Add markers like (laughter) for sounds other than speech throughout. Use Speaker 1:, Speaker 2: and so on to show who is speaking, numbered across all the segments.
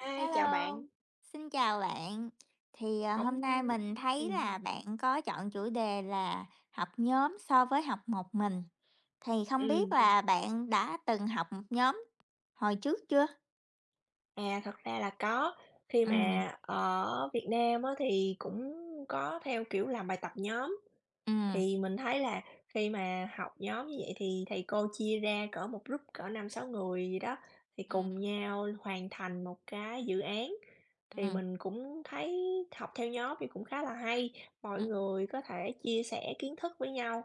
Speaker 1: A, chào
Speaker 2: Hello,
Speaker 1: bạn.
Speaker 2: xin chào bạn. Thì, hôm
Speaker 1: Không.
Speaker 2: nay mình
Speaker 1: Ừ.
Speaker 2: thấy là bạn có chọn chủ đề là học nhóm so với học một mình, thì không biết
Speaker 1: ừm,
Speaker 2: là bạn đã từng học một nhóm hồi trước chưa?
Speaker 1: À, thật ra là có, khi
Speaker 2: Ừm,
Speaker 1: mà ở Việt Nam á thì cũng có theo kiểu làm bài tập nhóm,
Speaker 2: ừm,
Speaker 1: thì mình thấy là khi mà học nhóm như vậy thì thầy cô chia ra cỡ một group cỡ 5 6 người gì đó, thì cùng
Speaker 2: Ừm,
Speaker 1: nhau hoàn thành một cái dự án. Thì
Speaker 2: ừm,
Speaker 1: mình cũng thấy học theo nhóm thì cũng khá là hay, mọi
Speaker 2: ừm.
Speaker 1: người có thể chia sẻ kiến thức với nhau.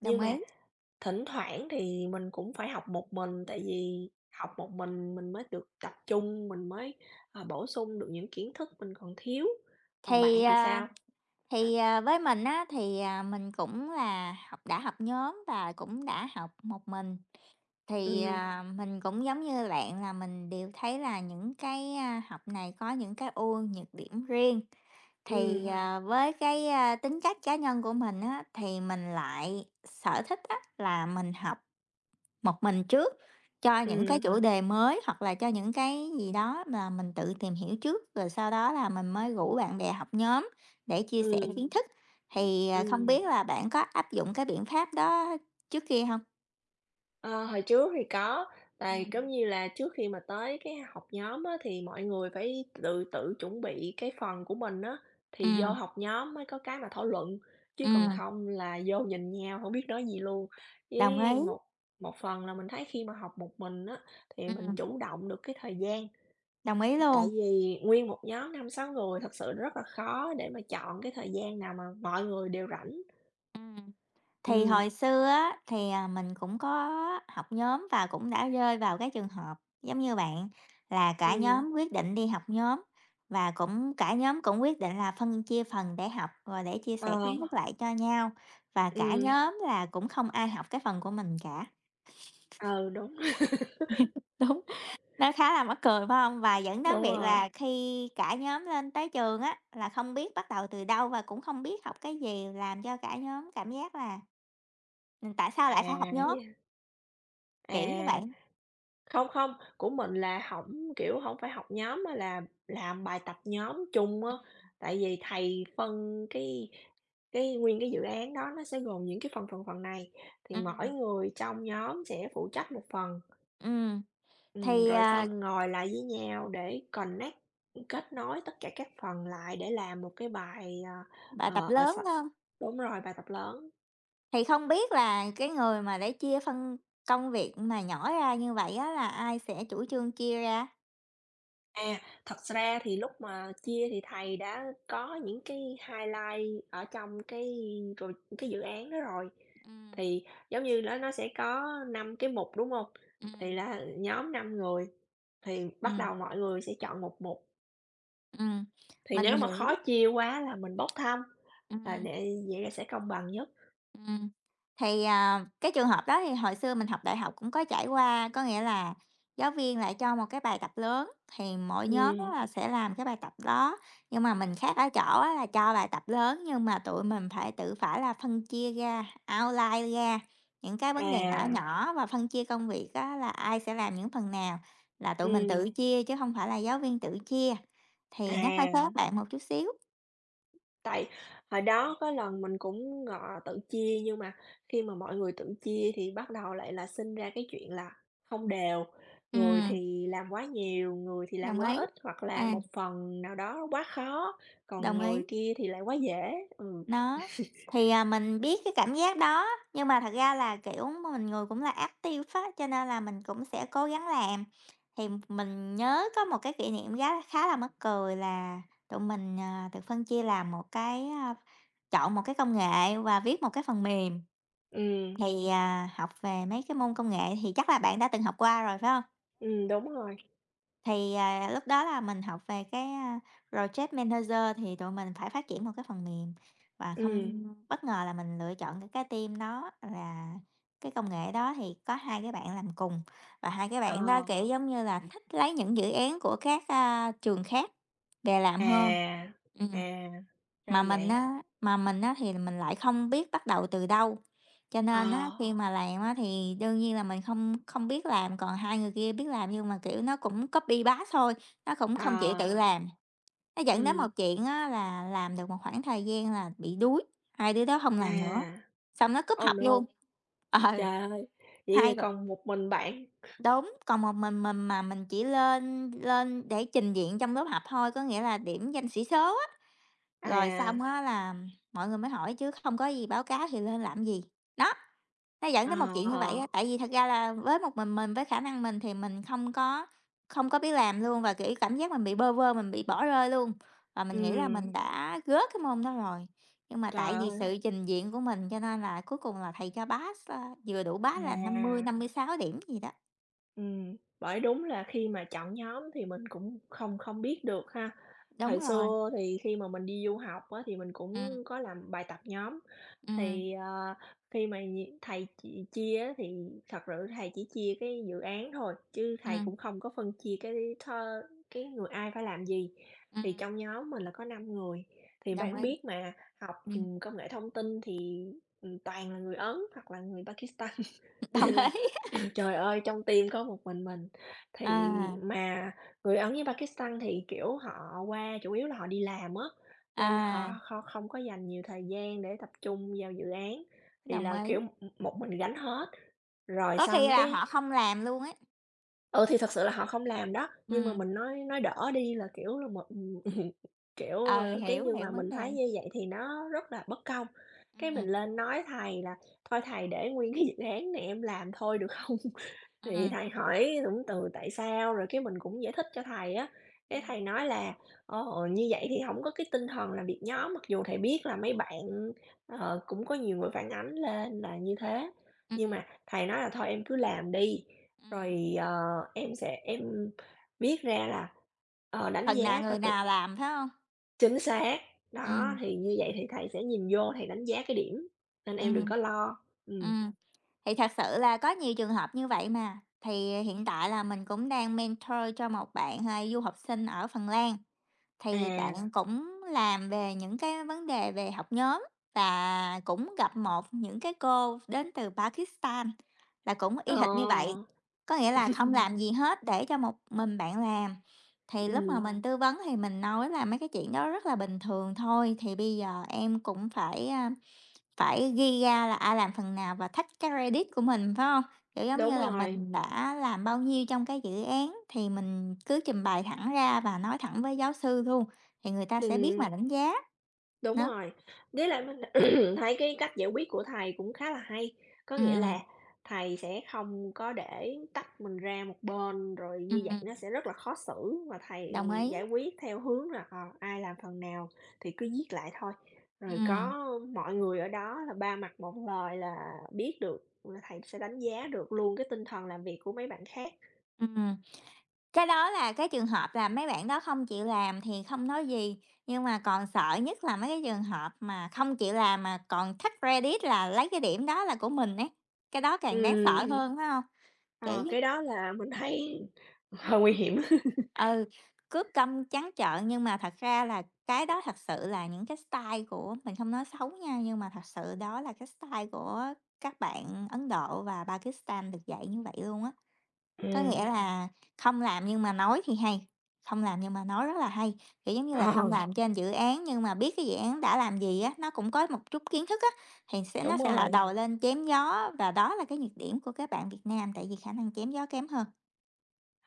Speaker 2: Đồng
Speaker 1: Nhưng
Speaker 2: ý.
Speaker 1: mà thỉnh thoảng thì mình cũng phải học một mình, tại vì học một mình mới được tập trung, mình mới, bổ sung được những kiến thức mình còn thiếu. Còn
Speaker 2: Thì,
Speaker 1: bạn thì
Speaker 2: à,
Speaker 1: sao?
Speaker 2: thì, với mình á, thì, mình cũng là học đã học nhóm và cũng đã học một mình. Thì,
Speaker 1: Ừm.
Speaker 2: à, mình cũng giống như bạn là mình đều thấy là những cái học này có những cái ưu nhược điểm riêng. Thì,
Speaker 1: Ừm.
Speaker 2: à, với cái tính cách cá nhân của mình á, thì mình lại sở thích á là mình học một mình trước cho những cái
Speaker 1: Ừm.
Speaker 2: chủ đề mới, hoặc là cho những cái gì đó mà mình tự tìm hiểu trước, rồi sau đó là mình mới rủ bạn bè học nhóm để chia sẻ
Speaker 1: Ừm.
Speaker 2: kiến thức. Thì, không
Speaker 1: Ừm.
Speaker 2: biết là bạn có áp dụng cái biện pháp đó trước kia không?
Speaker 1: Ờ, hồi trước thì có, tại,
Speaker 2: Ừm.
Speaker 1: giống như là, trước khi mà tới cái học nhóm á, thì mọi người phải tự tự chuẩn bị cái phần của mình á, thì vô
Speaker 2: Ừm,
Speaker 1: học nhóm mới có cái mà thảo luận, chứ còn
Speaker 2: ừm.
Speaker 1: không là vô nhìn nhau không biết nói gì luôn.
Speaker 2: Đồng
Speaker 1: Với
Speaker 2: ý,
Speaker 1: một một phần là mình thấy khi mà học một mình á, thì mình
Speaker 2: ừm,
Speaker 1: chủ động được cái thời gian,
Speaker 2: đồng ý
Speaker 1: tại
Speaker 2: luôn.
Speaker 1: vì nguyên một nhóm năm sáu người thật sự rất là khó để mà chọn cái thời gian nào mà mọi người đều rảnh.
Speaker 2: Ừm, thì
Speaker 1: Ừ.
Speaker 2: hồi xưa á, thì, mình cũng có học nhóm và cũng đã rơi vào cái trường hợp giống như bạn, là cả
Speaker 1: Ừ.
Speaker 2: nhóm quyết định đi học nhóm và cả nhóm cũng quyết định là phân chia phần để học, rồi để chia
Speaker 1: Ờ.
Speaker 2: sẻ kiến
Speaker 1: Ừm.
Speaker 2: thức lại cho nhau, và cả
Speaker 1: Ừ.
Speaker 2: nhóm là cũng không ai học cái phần của mình cả.
Speaker 1: Ờ. Đúng. (laughs)
Speaker 2: (laughs) Đúng, nó khá là mắc cười, phải không? Và dẫn đến
Speaker 1: Đúng
Speaker 2: việc
Speaker 1: rồi.
Speaker 2: là khi cả nhóm lên tới trường á, là không biết bắt đầu từ đâu và cũng không biết học cái gì, làm cho cả nhóm cảm giác là: tại sao lại
Speaker 1: À,
Speaker 2: phải học nhóm?
Speaker 1: vậy hả?
Speaker 2: Kiểu như vậy.
Speaker 1: À, không, không, của mình là hổng, kiểu, hổng phải học nhóm mà là làm bài tập nhóm chung á. Tại vì thầy phân cái nguyên cái dự án đó nó sẽ gồm những cái phần này, thì
Speaker 2: Ừm,
Speaker 1: mỗi
Speaker 2: ừm,
Speaker 1: người trong nhóm sẽ phụ trách một phần,
Speaker 2: thì,
Speaker 1: rồi
Speaker 2: à,
Speaker 1: xong ngồi lại với nhau để connect, kết nối tất cả các phần lại để làm một cái bài,
Speaker 2: bài
Speaker 1: ờ,
Speaker 2: tập
Speaker 1: ờ, ờ,
Speaker 2: lớn
Speaker 1: s
Speaker 2: hơn,
Speaker 1: đúng rồi, bài tập lớn.
Speaker 2: thì không biết là cái người mà để phân công việc mà nhỏ ra như vậy á là ai sẽ chủ trương chia ra?
Speaker 1: À, thật ra thì lúc mà chia thì thầy đã có những cái highlight ở trong rồi cái dự án đó rồi.
Speaker 2: Ừm,
Speaker 1: Thì giống như nó sẽ có 5 cái mục, đúng không? Thì
Speaker 2: ừm,
Speaker 1: là nhóm 5 người, thì bắt
Speaker 2: ừm,
Speaker 1: đầu mọi người sẽ chọn một mục,
Speaker 2: ừm,
Speaker 1: thì
Speaker 2: mình
Speaker 1: nếu mà
Speaker 2: hiểu.
Speaker 1: khó chia quá là mình bốc thăm, là
Speaker 2: Ừm.
Speaker 1: để vậy là sẽ công bằng nhất.
Speaker 2: Ừm, thì, cái trường hợp đó thì hồi xưa mình học đại học cũng có trải qua, có nghĩa là giáo viên lại cho một cái bài tập lớn thì mỗi nhóm á
Speaker 1: Ừm.
Speaker 2: là sẽ làm cái bài tập đó. Nhưng mà mình khác ở chỗ á là cho bài tập lớn nhưng mà tụi mình phải tự phải là phân chia ra, outline ra những cái vấn đề nhỏ
Speaker 1: À.
Speaker 2: nhỏ và phân chia công việc á là ai sẽ làm những phần nào là tụi mình tự
Speaker 1: Ừm.
Speaker 2: chia chứ không phải là giáo viên tự chia, thì nó hơi khác
Speaker 1: À.
Speaker 2: bạn một chút xíu.
Speaker 1: Tại hồi đó có lần mình cũng, tự chia nhưng mà khi mà mọi người tự chia thì bắt đầu lại là sinh ra cái chuyện là không đều, người
Speaker 2: Ừm,
Speaker 1: thì làm quá nhiều, người thì làm
Speaker 2: đồng
Speaker 1: quá
Speaker 2: ý.
Speaker 1: ít, hoặc là
Speaker 2: À,
Speaker 1: một phần nào đó quá khó, còn
Speaker 2: đồng ý.
Speaker 1: người kia thì lại quá dễ. Ừ.
Speaker 2: Đó, thì, mình biết cái cảm giác đó, nhưng mà thật ra là, kiểu, mình cũng là active á, cho nên là mình cũng sẽ cố gắng làm. Thì mình nhớ có một cái kỷ niệm gá khá là mắc cười là tụi mình, được phân chia làm một cái, chọn một cái công nghệ và viết một cái phần mềm.
Speaker 1: Ừm.
Speaker 2: Thì, học về mấy cái môn công nghệ thì chắc là bạn đã từng học qua rồi, phải không?
Speaker 1: Ừm. Đúng rồi.
Speaker 2: Thì, lúc đó là mình học về cái project manager thì tụi mình phải phát triển một cái phần mềm và không
Speaker 1: Ừm.
Speaker 2: Ừ. bất ngờ là mình lựa chọn cái team đó là cái công nghệ đó thì có 2 cái bạn làm cùng, và 2 cái
Speaker 1: Ờ.
Speaker 2: bạn đó, kiểu, giống như là, thích lấy những dự án của các trường khác về làm hơn.
Speaker 1: À.
Speaker 2: Ừm.
Speaker 1: À,
Speaker 2: Mà
Speaker 1: ra
Speaker 2: mình
Speaker 1: vậy.
Speaker 2: á mà mình á thì mình lại không biết bắt đầu từ đâu, cho
Speaker 1: Ờ.
Speaker 2: nên á khi mà làm á thì đương nhiên là mình không không biết làm, còn hai người kia biết làm nhưng mà, kiểu, nó cũng copy paste thôi, nó cũng
Speaker 1: Ờ.
Speaker 2: không chịu tự làm. Nó dẫn đến một
Speaker 1: Ừm.
Speaker 2: chuyện á là làm được một khoảng thời gian là bị đuối, hai đứa đó không làm nữa,
Speaker 1: À.
Speaker 2: xong nó cúp
Speaker 1: Oh
Speaker 2: học
Speaker 1: no.
Speaker 2: luôn. Ờ,
Speaker 1: Trời ơi,
Speaker 2: hai
Speaker 1: vậy
Speaker 2: người
Speaker 1: còn một mình bạn.
Speaker 2: đúng, còn một mình mà mình chỉ lên lên để trình diện trong lớp học thôi, có nghĩa là điểm danh sĩ số. Rồi xong
Speaker 1: À.
Speaker 2: á là mọi người mới hỏi chứ không có gì báo cáo thì lên làm gì. Đó, nó dẫn tới một chuyện như vậy
Speaker 1: Ờ,
Speaker 2: á, tại vì thật ra là với một mình, với khả năng mình thì mình không có biết làm luôn và, kiểu, cảm giác mình bị bơ vơ, mình bị bỏ rơi luôn. Và mình nghĩ là
Speaker 1: ừm,
Speaker 2: mình đã rớt cái môn đó rồi, nhưng mà
Speaker 1: trời
Speaker 2: tại vì
Speaker 1: ơi,
Speaker 2: sự trình diện của mình cho nên là cuối cùng là thầy cho pass, vừa đủ pass là năm
Speaker 1: à,
Speaker 2: năm mươi sáu điểm gì đó.
Speaker 1: bởi đúng là khi mà chọn nhóm thì mình cũng không không biết được ha.
Speaker 2: Đúng
Speaker 1: Thời
Speaker 2: rồi,
Speaker 1: xưa thì khi mà mình đi du học á, thì mình cũng
Speaker 2: ừm,
Speaker 1: có làm bài tập nhóm.
Speaker 2: ừm,
Speaker 1: Thì, khi mà thầy chỉ chia á thì thật sự thầy chỉ chia cái dự án thôi, chứ thầy
Speaker 2: ừm,
Speaker 1: cũng không có phân chia cái người ai phải làm gì. Thì
Speaker 2: ừm,
Speaker 1: trong nhóm mình là có 5 người, thì
Speaker 2: đồng
Speaker 1: bạn
Speaker 2: ý,
Speaker 1: biết mà, học,
Speaker 2: ừm,
Speaker 1: công nghệ thông tin thì, toàn là người Ấn hoặc là người Pakistan. (laughs)
Speaker 2: (laughs) đồng
Speaker 1: Nên là
Speaker 2: ý.
Speaker 1: trời ơi, trong team có một mình, thì
Speaker 2: À,
Speaker 1: mà người Ấn với Pakistan thì, kiểu, họ qua chủ yếu là họ đi làm á, nên là họ
Speaker 2: à,
Speaker 1: kho không có dành nhiều thời gian để tập trung vào dự án, thì
Speaker 2: đồng
Speaker 1: là,
Speaker 2: ý.
Speaker 1: kiểu, một mình gánh hết. Rồi
Speaker 2: Có khi
Speaker 1: xong
Speaker 2: là
Speaker 1: cái.
Speaker 2: họ không làm luôn ấy.
Speaker 1: Ừ, thì thật sự là họ không làm đó,
Speaker 2: Ừ,
Speaker 1: nhưng mà mình nói đỡ đi là, kiểu là, một. (laughs) Kiểu,
Speaker 2: ờ
Speaker 1: cái
Speaker 2: hiểu,
Speaker 1: nhưng
Speaker 2: hiểu
Speaker 1: mà
Speaker 2: vấn
Speaker 1: mình
Speaker 2: đề.
Speaker 1: thấy như vậy thì nó rất là bất công. Cái mình
Speaker 2: Ừm,
Speaker 1: lên nói thầy là "Thôi thầy để nguyên cái dự án này em làm thôi được không?" Thì
Speaker 2: ừm,
Speaker 1: thầy hỏi cũng từ tại sao, rồi cái mình cũng giải thích cho thầy á, cái thầy
Speaker 2: ừm,
Speaker 1: nói là "Ồ, như vậy thì không có cái tinh thần làm việc nhóm", mặc dù thầy biết là mấy bạn, cũng có nhiều người phản ánh lên là như thế. Nhưng
Speaker 2: ừm,
Speaker 1: mà thầy nói là "Thôi em cứ làm đi,
Speaker 2: ừm,
Speaker 1: rồi, em sẽ viết ra là, đánh
Speaker 2: phần nào
Speaker 1: giá
Speaker 2: người
Speaker 1: coi từ"
Speaker 2: nào làm, phải không,
Speaker 1: chính xác, đó,
Speaker 2: ừ,
Speaker 1: thì như vậy thì thầy sẽ nhìn vô thầy đánh giá cái điểm, nên em đừng
Speaker 2: ừ,
Speaker 1: có lo. Ừm.
Speaker 2: ừm, thì thật sự là có nhiều trường hợp như vậy mà. Thì hiện tại là mình cũng đang mentor cho một bạn, du học sinh ở Phần Lan. Thì
Speaker 1: À.
Speaker 2: bạn cũng làm về những cái vấn đề về học nhóm và cũng gặp một những cái cô đến từ Pakistan là cũng y hệt như vậy.
Speaker 1: Ờ.
Speaker 2: Có nghĩa là không
Speaker 1: (laughs)
Speaker 2: làm gì hết để cho một mình bạn làm. Thì lúc mà Ờ.
Speaker 1: Ừm.
Speaker 2: mình tư vấn thì mình nói là mấy cái chuyện đó rất là bình thường thôi, thì bây giờ em cũng phải, phải ghi ra là ai làm phần nào và thách cái credit của mình, phải không? Kiểu, giống
Speaker 1: Đúng
Speaker 2: như là,
Speaker 1: rồi,
Speaker 2: mình đã làm bao nhiêu trong cái dự án thì mình cứ trình bày thẳng ra và nói thẳng với giáo sư luôn, thì người ta sẽ biết mà
Speaker 1: mình
Speaker 2: đánh giá.
Speaker 1: đúng
Speaker 2: Đó,
Speaker 1: rồi. Với lại mình (clears throat) thấy cái cách giải quyết của thầy cũng khá là hay, có nghĩa là
Speaker 2: ừm,
Speaker 1: thầy sẽ không có để tách mình ra một bên, rồi như
Speaker 2: ừm,
Speaker 1: vậy nó sẽ rất là khó xử, mà thầy
Speaker 2: đồng ý,
Speaker 1: giải quyết theo hướng là, ai làm phần nào thì cứ viết lại thôi. Rồi
Speaker 2: ừm,
Speaker 1: có mọi người ở đó là ba mặt một lời là biết được, là thầy sẽ đánh giá được luôn cái tinh thần làm việc của mấy bạn khác.
Speaker 2: ừm. Cái đó là cái trường hợp là mấy bạn đó không chịu làm thì không nói gì, nhưng mà còn sợ nhất là mấy cái trường hợp mà không chịu làm mà còn thách credit là lấy cái điểm đó là của mình ấy, cái đó
Speaker 1: Ừ.
Speaker 2: càng đáng sợ hơn, phải không?
Speaker 1: Ờ,
Speaker 2: Kiểu
Speaker 1: cái đó là mình thấy (laughs) hơi nguy hiểm.
Speaker 2: Ừ, cứ câm trắng trợn nhưng mà thật ra là cái đó thật sự là những cái style của mình không nói xấu nha, nhưng mà thật sự đó là cái style của các bạn Ấn Độ và Pakistan được dạy như vậy luôn á.
Speaker 1: (laughs) Ừ.
Speaker 2: Có nghĩa là không làm nhưng mà nói thì hay, không làm nhưng mà nói rất là hay. Kiểu giống như là không
Speaker 1: Ờ,
Speaker 2: làm trên dự án nhưng mà biết cái dự án đã làm gì á, nó cũng có một chút kiến thức á thì sẽ nó
Speaker 1: đúng
Speaker 2: sẽ là
Speaker 1: rồi.
Speaker 2: đầu lên chém gió và đó là cái nhược điểm của các bạn Việt Nam tại vì khả năng chém gió kém hơn.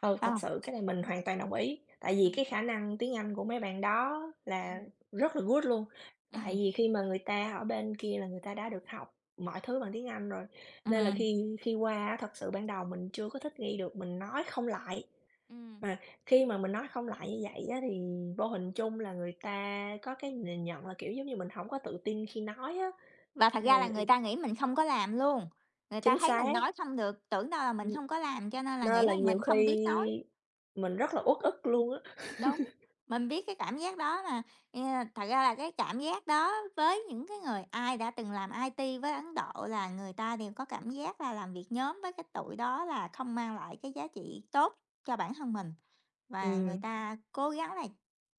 Speaker 1: Ừ,
Speaker 2: Phải
Speaker 1: thật
Speaker 2: không?
Speaker 1: sự cái này mình hoàn toàn đồng ý, tại
Speaker 2: Ừ.
Speaker 1: vì cái khả năng tiếng Anh của mấy bạn đó
Speaker 2: Ừ.
Speaker 1: là rất là good luôn.
Speaker 2: Ừ.
Speaker 1: Tại vì khi mà người ta ở bên kia là người ta đã được học mọi thứ bằng tiếng Anh rồi,
Speaker 2: Ừ.
Speaker 1: nên là khi khi qua á, thật sự ban đầu mình chưa có thích nghi được, mình nói không lại.
Speaker 2: Ừm,
Speaker 1: Mà khi mà mình nói không lại như vậy á, thì vô hình chung là người ta có cái nhìn nhận là, kiểu, giống như mình không có tự tin khi nói á,
Speaker 2: và thật ra là
Speaker 1: thì
Speaker 2: người ta nghĩ mình không có làm luôn, người ta
Speaker 1: chính
Speaker 2: thấy mình
Speaker 1: xác.
Speaker 2: nói không được, tưởng đâu là mình
Speaker 1: Ừm.
Speaker 2: không có làm cho nên là
Speaker 1: Nên
Speaker 2: nghĩ là
Speaker 1: là nhiều
Speaker 2: mình
Speaker 1: khi
Speaker 2: không biết nói.
Speaker 1: mình rất là uất ức luôn á.
Speaker 2: Đúng, mình biết cái cảm giác đó mà, ờ, thật ra là cái cảm giác đó với những cái người ai đã từng làm IT với Ấn Độ là người ta đều có cảm giác là làm việc nhóm với cái tụi đó là không mang lại cái giá trị tốt cho bản thân mình, và
Speaker 1: Ừ,
Speaker 2: người ta cố gắng là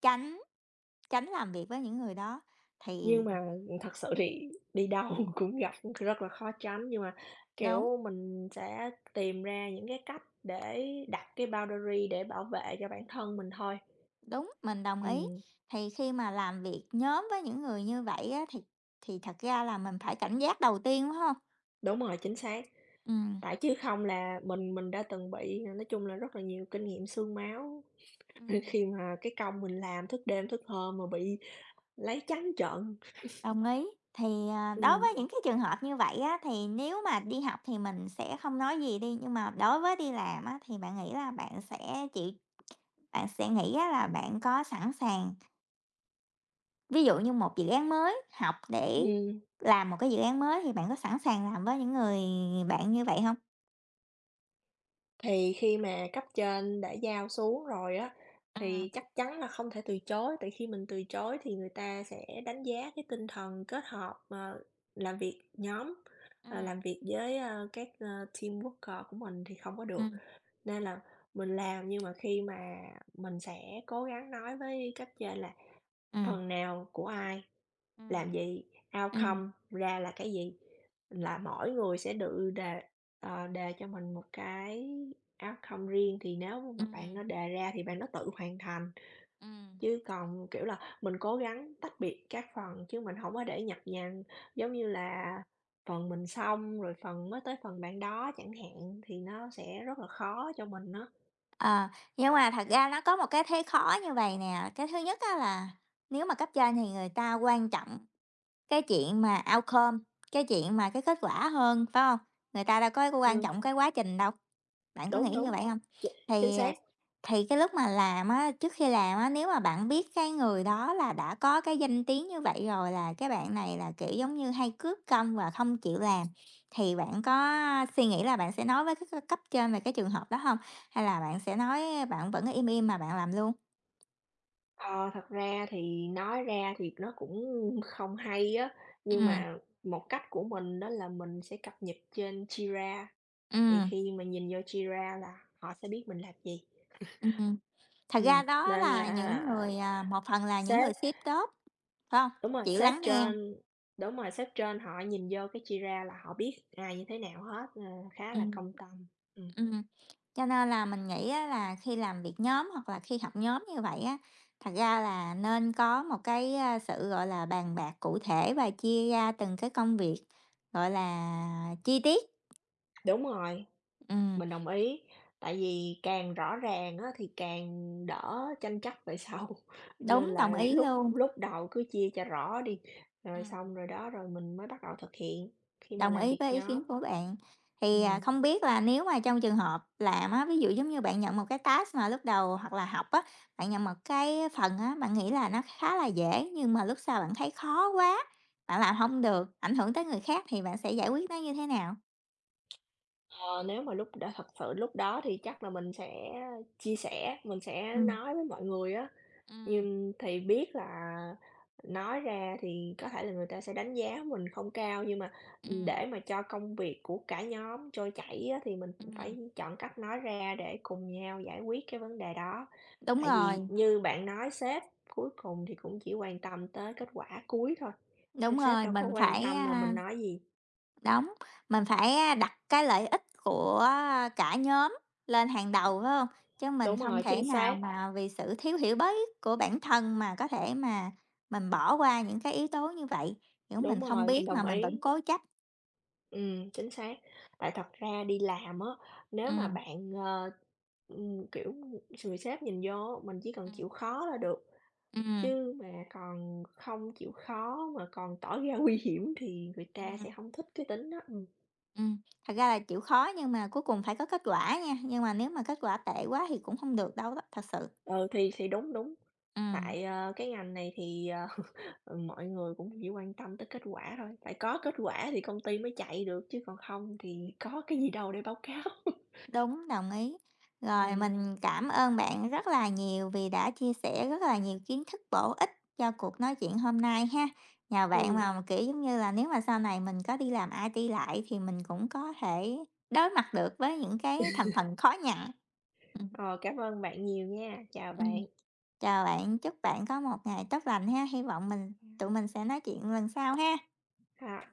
Speaker 2: tránh tránh làm việc với những người đó.
Speaker 1: nhưng
Speaker 2: Thì
Speaker 1: mà thật sự thì đi đâu (laughs) cũng gặp rất là khó tránh, nhưng mà,
Speaker 2: đúng.
Speaker 1: kiểu, mình sẽ tìm ra những cái cách để đặt cái boundary để bảo vệ cho bản thân mình thôi.
Speaker 2: Đúng, mình đồng ý.
Speaker 1: Ừm,
Speaker 2: Thì khi mà làm việc nhóm với những người như vậy á, thì thật ra là mình phải cảnh giác đầu tiên, đúng không?
Speaker 1: đúng rồi, chính xác,
Speaker 2: Ừm.
Speaker 1: tại chứ không là mình đã từng bị, nói chung là rất là nhiều kinh nghiệm xương máu (laughs)
Speaker 2: Ừm.
Speaker 1: khi mà cái công mình làm thức đêm thức hôm mà bị lấy trắng trợn.
Speaker 2: Đồng ý. Thì, đối
Speaker 1: Ừm.
Speaker 2: với những cái trường hợp như vậy á, thì nếu mà đi học thì mình sẽ không nói gì đi, nhưng mà đối với đi làm á, thì bạn nghĩ là bạn sẽ chịu bạn sẽ nghĩ á là bạn có sẵn sàng ví dụ như một dự án mới, học để
Speaker 1: Ừm.
Speaker 2: làm một cái dự án mới thì bạn có sẵn sàng làm với những người bạn như vậy không?
Speaker 1: Thì khi mà cấp trên đã giao xuống rồi á,
Speaker 2: Ừm,
Speaker 1: thì chắc chắn là không thể từ chối, tại khi mình từ chối thì người ta sẽ đánh giá cái tinh thần kết hợp, làm việc nhóm,
Speaker 2: ừm.
Speaker 1: làm việc với, các, team worker của mình thì không có được.
Speaker 2: Ừm,
Speaker 1: Nên là mình làm nhưng mà khi mà mình sẽ cố gắng nói với cấp trên là
Speaker 2: ừm.
Speaker 1: phần nào của ai. Làm gì?
Speaker 2: Ừm,
Speaker 1: Outcome ra là cái gì? Là mỗi người sẽ tự đề cho mình một cái outcome riêng, thì nếu mà bạn
Speaker 2: ừm,
Speaker 1: nó đề ra thì bạn nó tự hoàn thành,
Speaker 2: ừm.
Speaker 1: chứ còn, kiểu là, mình cố gắng tách biệt các phần chứ mình không có để nhập nhằng, giống như là phần mình xong rồi phần mới tới phần bạn đó chẳng hạn, thì nó sẽ rất là khó cho mình đó.
Speaker 2: Ờ, nhưng mà thật ra nó có một cái thế khó như vậy nè, cái thứ nhất á là nếu mà cấp trên thì người ta quan trọng cái chuyện mà outcome, cái chuyện mà cái kết quả hơn, phải không? Người ta đâu có quan
Speaker 1: Ừm,
Speaker 2: trọng cái quá trình đâu, bạn có
Speaker 1: đúng,
Speaker 2: nghĩ như
Speaker 1: đúng,
Speaker 2: vậy không?
Speaker 1: ch chính
Speaker 2: Thì
Speaker 1: xác.
Speaker 2: Thì cái lúc mà làm á, trước khi làm á, nếu mà bạn biết cái người đó là đã có cái danh tiếng như vậy rồi là cái bạn này là, kiểu, giống như hay cướp công và không chịu làm, thì bạn có suy nghĩ là bạn sẽ nói với cái c cấp trên về cái trường hợp đó không? Hay là bạn sẽ nói bạn vẫn im im mà bạn làm luôn?
Speaker 1: Ờ, thật ra thì nói ra thì nó cũng không hay á, nhưng
Speaker 2: Ừm,
Speaker 1: mà một cách của mình đó là mình sẽ cập nhật trên Jira, thì
Speaker 2: ừm,
Speaker 1: khi mà nhìn vô Jira là họ sẽ biết mình làm gì.
Speaker 2: ừm. Thật ra đó
Speaker 1: Nên
Speaker 2: là những
Speaker 1: là
Speaker 2: người, một phần là những người
Speaker 1: sếp,
Speaker 2: sếp tốt, phải không?
Speaker 1: đúng rồi,
Speaker 2: Chịu
Speaker 1: sếp
Speaker 2: lắng nghe,
Speaker 1: trên, đúng rồi, sếp trên họ nhìn vô cái Jira là họ biết ai như thế nào hết, nên là khá là
Speaker 2: ừm.
Speaker 1: công tâm. Ừm,
Speaker 2: Ừm, cho nên là mình nghĩ á là khi làm việc nhóm hoặc là khi học nhóm như vậy á, thật ra là nên có một cái sự, gọi là, bàn bạc cụ thể và chia ra từng cái công việc, gọi là, chi tiết.
Speaker 1: đúng rồi.
Speaker 2: Ừm,
Speaker 1: Mình đồng ý, tại vì càng rõ ràng á thì càng đỡ tranh chấp về sau, (laughs) nên
Speaker 2: đúng, đồng
Speaker 1: là
Speaker 2: ý
Speaker 1: lúc
Speaker 2: luôn.
Speaker 1: lúc đầu cứ chia cho rõ đi, rồi
Speaker 2: Ừm.
Speaker 1: xong rồi đó rồi mình mới bắt đầu thực hiện khi mà
Speaker 2: Đồng
Speaker 1: làm
Speaker 2: ý
Speaker 1: việc
Speaker 2: với ý kiến
Speaker 1: nhóm.
Speaker 2: của bạn. Thì,
Speaker 1: Ừm.
Speaker 2: không biết là nếu mà trong trường hợp làm á, ví dụ giống như bạn nhận một cái task mà lúc đầu hoặc là học á, bạn nhận một cái phần á, bạn nghĩ là nó khá là dễ nhưng mà lúc sau bạn thấy khó quá, bạn làm không được, ảnh hưởng tới người khác thì bạn sẽ giải quyết nó như thế nào?
Speaker 1: Ờ, nếu mà lúc đã thật sự lúc đó thì chắc là mình sẽ chia sẻ, mình sẽ
Speaker 2: Ừm.
Speaker 1: nói với mọi người á.
Speaker 2: Ừm,
Speaker 1: Nhưng thì biết là nói ra thì có thể là người ta sẽ đánh giá mình không cao, nhưng mà,
Speaker 2: ừm,
Speaker 1: để mà cho công việc của cả nhóm trôi chảy á, thì mình
Speaker 2: ừm.
Speaker 1: phải chọn cách nói ra để cùng nhau giải quyết cái vấn đề đó.
Speaker 2: Đúng
Speaker 1: Tại vì
Speaker 2: rồi,
Speaker 1: như bạn nói sếp cuối cùng thì cũng chỉ quan tâm tới kết quả cuối thôi, nên
Speaker 2: đúng
Speaker 1: sếp
Speaker 2: rồi,
Speaker 1: đâu có
Speaker 2: mình
Speaker 1: quan
Speaker 2: phải,
Speaker 1: tâm là mình nói gì.
Speaker 2: Đúng, mình phải, đặt cái lợi ích của cả nhóm lên hàng đầu, phải không? Chứ mình
Speaker 1: Đúng
Speaker 2: không
Speaker 1: rồi,
Speaker 2: thể
Speaker 1: chính
Speaker 2: nào
Speaker 1: xác,
Speaker 2: mà vì sự thiếu hiểu biết của bản thân mà có thể mà mình bỏ qua những cái yếu tố như vậy, kiểu, mình
Speaker 1: đúng
Speaker 2: không
Speaker 1: rồi, mình
Speaker 2: biết mà
Speaker 1: đồng
Speaker 2: mình vẫn
Speaker 1: ý.
Speaker 2: cố chấp.
Speaker 1: Chính xác. Tại thật ra đi làm á, nếu mà
Speaker 2: Ừm,
Speaker 1: bạn, kiểu, người sếp nhìn vô mình chỉ cần
Speaker 2: ừm,
Speaker 1: chịu khó là được,
Speaker 2: ừm,
Speaker 1: chứ mà còn không chịu khó mà còn tỏ ra (laughs) nguy hiểm thì người ta
Speaker 2: ừm,
Speaker 1: sẽ không thích cái tính đó. Ừm.
Speaker 2: ừm. Thật ra là chịu khó nhưng mà cuối cùng phải có kết quả nha, nhưng mà nếu mà kết quả tệ quá thì cũng không được đâu đó, thật sự.
Speaker 1: Ừ, thì đúng, đúng.
Speaker 2: Ừm.
Speaker 1: Tại, cái ngành này thì, (laughs) mọi người cũng chỉ quan tâm tới kết quả thôi, phải có kết quả thì công ty mới chạy được, chứ còn không thì có cái gì đâu để báo cáo. (laughs)
Speaker 2: Đúng, đồng ý. Rồi
Speaker 1: Ừm.
Speaker 2: mình cảm ơn bạn rất là nhiều vì đã chia sẻ rất là nhiều kiến thức bổ ích cho cuộc nói chuyện hôm nay ha. Nhờ bạn
Speaker 1: Ừm.
Speaker 2: mà kiểu giống như là nếu mà sau này mình có đi làm IT lại thì mình cũng có thể đối mặt được với những cái thành phần khó nhằn. Ừ,
Speaker 1: Ờ, cảm ơn bạn nhiều nha. Chào
Speaker 2: ừ.
Speaker 1: bạn.
Speaker 2: Chào bạn, chúc bạn có một ngày tốt lành ha. Hy vọng mình tụi
Speaker 1: À.
Speaker 2: mình sẽ nói chuyện lần sau ha.
Speaker 1: Dạ. Cảm